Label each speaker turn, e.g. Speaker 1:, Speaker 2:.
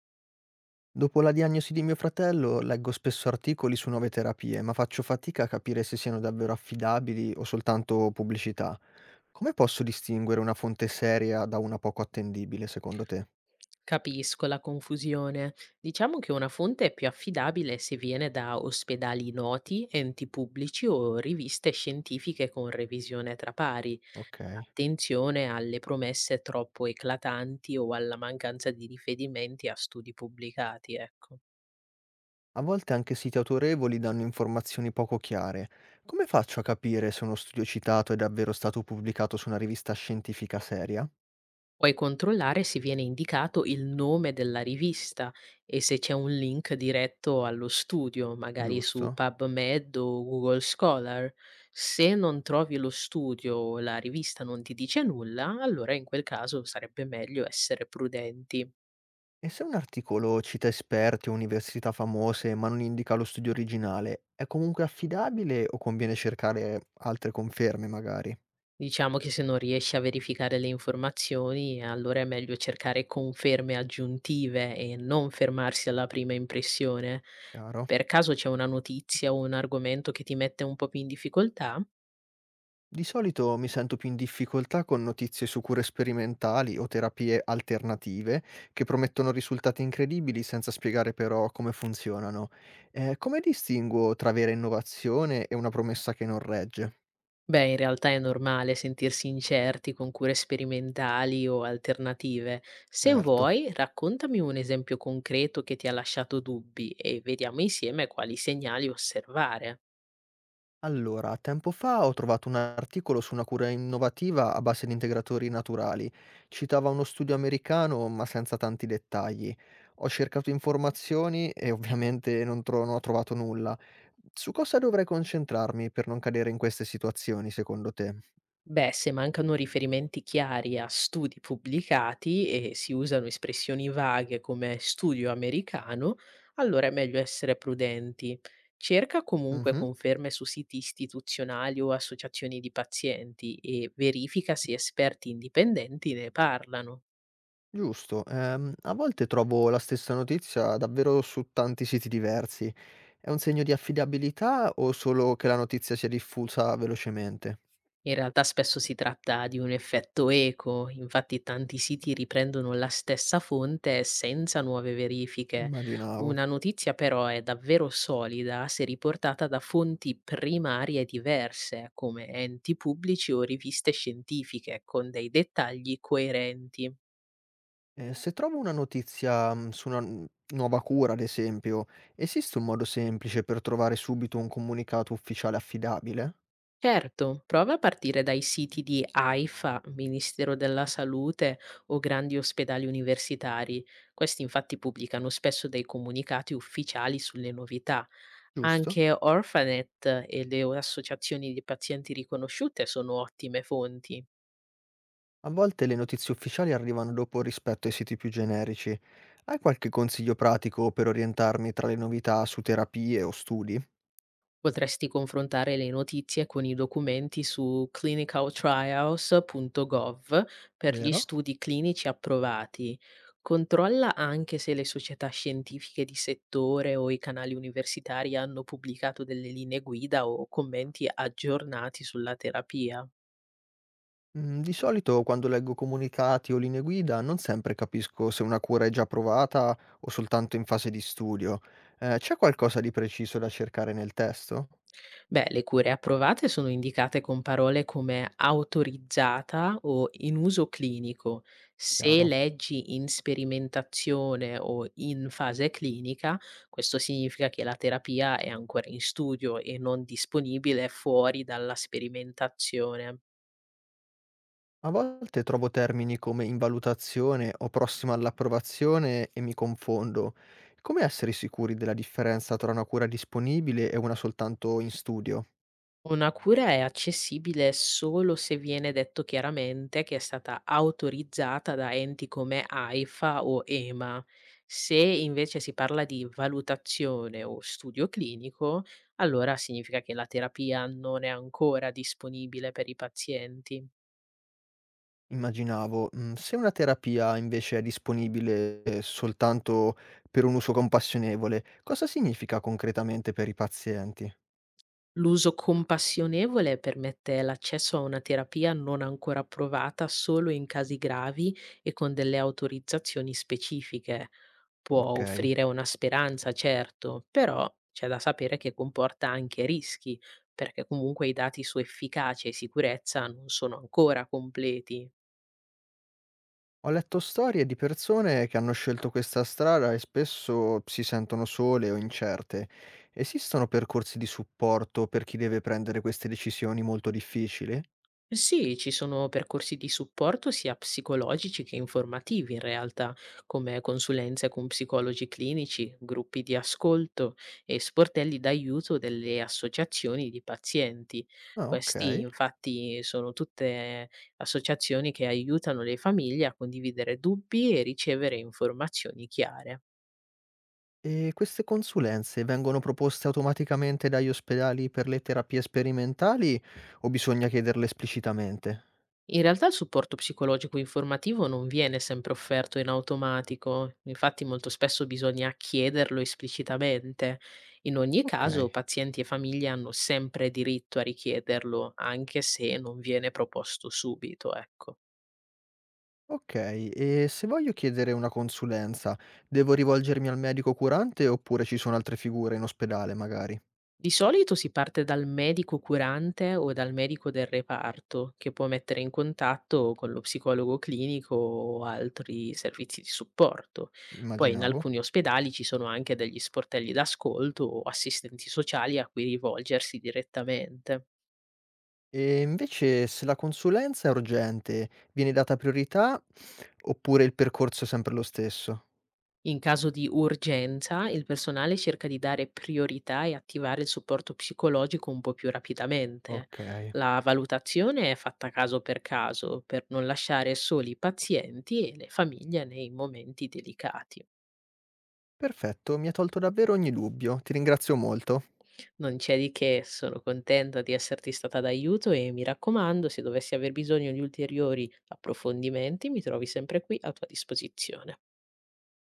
Speaker 1: Dopo la diagnosi di mio fratello leggo spesso articoli su nuove terapie, ma faccio fatica a capire se siano davvero affidabili o soltanto pubblicità. Come posso distinguere una fonte seria da una poco attendibile, secondo te?
Speaker 2: Capisco la confusione. Diciamo che una fonte è più affidabile se viene da ospedali noti, enti pubblici o riviste scientifiche con revisione tra pari.
Speaker 1: Ok.
Speaker 2: Attenzione alle promesse troppo eclatanti o alla mancanza di riferimenti a studi pubblicati, ecco.
Speaker 1: A volte anche siti autorevoli danno informazioni poco chiare. Come faccio a capire se uno studio citato è davvero stato pubblicato su una rivista scientifica seria?
Speaker 2: Puoi controllare se viene indicato il nome della rivista e se c'è un link diretto allo studio, magari su
Speaker 1: Giusto?
Speaker 2: PubMed o Google Scholar. Se non trovi lo studio o la rivista non ti dice nulla, allora in quel caso sarebbe meglio essere prudenti.
Speaker 1: E se un articolo cita esperti o università famose ma non indica lo studio originale, è comunque affidabile o conviene cercare altre conferme magari?
Speaker 2: Diciamo che se non riesci a verificare le informazioni, allora è meglio cercare conferme aggiuntive e non fermarsi alla prima impressione.
Speaker 1: Chiaro?
Speaker 2: Per caso c'è una notizia o un argomento che ti mette un po' più in difficoltà?
Speaker 1: Di solito mi sento più in difficoltà con notizie su cure sperimentali o terapie alternative che promettono risultati incredibili senza spiegare però come funzionano. Come distinguo tra vera innovazione e una promessa che non regge?
Speaker 2: Beh, in realtà è normale sentirsi incerti con cure sperimentali o alternative. Se
Speaker 1: Certo.
Speaker 2: vuoi, raccontami un esempio concreto che ti ha lasciato dubbi e vediamo insieme quali segnali osservare.
Speaker 1: Allora, tempo fa ho trovato un articolo su una cura innovativa a base di integratori naturali. Citava uno studio americano, ma senza tanti dettagli. Ho cercato informazioni e ovviamente non ho trovato nulla. Su cosa dovrei concentrarmi per non cadere in queste situazioni, secondo te?
Speaker 2: Beh, se mancano riferimenti chiari a studi pubblicati e si usano espressioni vaghe come studio americano, allora è meglio essere prudenti. Cerca comunque
Speaker 1: Mhm,
Speaker 2: conferme su siti istituzionali o associazioni di pazienti e verifica se esperti indipendenti ne parlano.
Speaker 1: giusto. A volte trovo la stessa notizia davvero su tanti siti diversi. È un segno di affidabilità o solo che la notizia sia diffusa velocemente?
Speaker 2: In realtà spesso si tratta di un effetto eco, infatti tanti siti riprendono la stessa fonte senza nuove verifiche.
Speaker 1: Immaginavo.
Speaker 2: Una notizia però è davvero solida se riportata da fonti primarie diverse, come enti pubblici o riviste scientifiche, con dei dettagli coerenti.
Speaker 1: Se trovo una notizia, su una n nuova cura ad esempio, esiste un modo semplice per trovare subito un comunicato ufficiale affidabile?
Speaker 2: Certo, prova a partire dai siti di AIFA, Ministero della Salute o grandi ospedali universitari. Questi infatti pubblicano spesso dei comunicati ufficiali sulle novità.
Speaker 1: Giusto?
Speaker 2: Anche Orphanet e le associazioni di pazienti riconosciute sono ottime fonti.
Speaker 1: A volte le notizie ufficiali arrivano dopo rispetto ai siti più generici. Hai qualche consiglio pratico per orientarmi tra le novità su terapie o studi?
Speaker 2: Potresti confrontare le notizie con i documenti su clinicaltrials.gov per gli
Speaker 1: Vero?
Speaker 2: studi clinici approvati. Controlla anche se le società scientifiche di settore o i canali universitari hanno pubblicato delle linee guida o commenti aggiornati sulla terapia.
Speaker 1: Mhmm, di solito quando leggo comunicati o linee guida non sempre capisco se una cura è già provata o soltanto in fase di studio. C'è qualcosa di preciso da cercare nel testo?
Speaker 2: Beh, le cure approvate sono indicate con parole come autorizzata o in uso clinico. Se
Speaker 1: Chiaro.
Speaker 2: leggi in sperimentazione o in fase clinica, questo significa che la terapia è ancora in studio e non disponibile fuori dalla sperimentazione.
Speaker 1: A volte trovo termini come invalutazione o prossima all'approvazione e mi confondo. Come essere sicuri della differenza tra una cura disponibile e una soltanto in studio?
Speaker 2: Una cura è accessibile solo se viene detto chiaramente che è stata autorizzata da enti come AIFA o EMA. Se invece si parla di valutazione o studio clinico, allora significa che la terapia non è ancora disponibile per i pazienti.
Speaker 1: Immaginavo. Se una terapia invece è disponibile soltanto per un uso compassionevole, cosa significa concretamente per i pazienti?
Speaker 2: L'uso compassionevole permette l'accesso a una terapia non ancora approvata solo in casi gravi e con delle autorizzazioni specifiche. Può
Speaker 1: Ok.
Speaker 2: offrire una speranza, certo, però c'è da sapere che comporta anche rischi, perché comunque i dati su efficacia e sicurezza non sono ancora completi.
Speaker 1: Ho letto storie di persone che hanno scelto questa strada e spesso si sentono sole o incerte. Esistono percorsi di supporto per chi deve prendere queste decisioni molto difficili?
Speaker 2: Sì, ci sono percorsi di supporto sia psicologici che informativi in realtà, come consulenze con psicologi clinici, gruppi di ascolto e sportelli d'aiuto delle associazioni di pazienti.
Speaker 1: Ah, ok.
Speaker 2: Questi infatti sono tutte associazioni che aiutano le famiglie a condividere dubbi e ricevere informazioni chiare.
Speaker 1: E queste consulenze vengono proposte automaticamente dagli ospedali per le terapie sperimentali o bisogna chiederle esplicitamente?
Speaker 2: In realtà il supporto psicologico informativo non viene sempre offerto in automatico, infatti molto spesso bisogna chiederlo esplicitamente. In ogni
Speaker 1: Ok,
Speaker 2: caso, pazienti e famiglie hanno sempre diritto a richiederlo, anche se non viene proposto subito, ecco.
Speaker 1: ok. E se voglio chiedere una consulenza, devo rivolgermi al medico curante oppure ci sono altre figure in ospedale, magari?
Speaker 2: Di solito si parte dal medico curante o dal medico del reparto, che può mettere in contatto con lo psicologo clinico o altri servizi di supporto. Poi in
Speaker 1: Immaginavo.
Speaker 2: alcuni ospedali ci sono anche degli sportelli d'ascolto o assistenti sociali a cui rivolgersi direttamente.
Speaker 1: E invece se la consulenza è urgente, viene data priorità oppure il percorso è sempre lo stesso?
Speaker 2: In caso di urgenza, il personale cerca di dare priorità e attivare il supporto psicologico un po' più rapidamente.
Speaker 1: Okay,
Speaker 2: La valutazione è fatta caso per non lasciare soli i pazienti e le famiglie nei momenti delicati.
Speaker 1: perfetto, mi hai tolto davvero ogni dubbio, ti ringrazio molto.
Speaker 2: Non c'è di che, sono contenta di esserti stata d'aiuto e mi raccomando, se dovessi aver bisogno di ulteriori approfondimenti, mi trovi sempre qui a tua disposizione.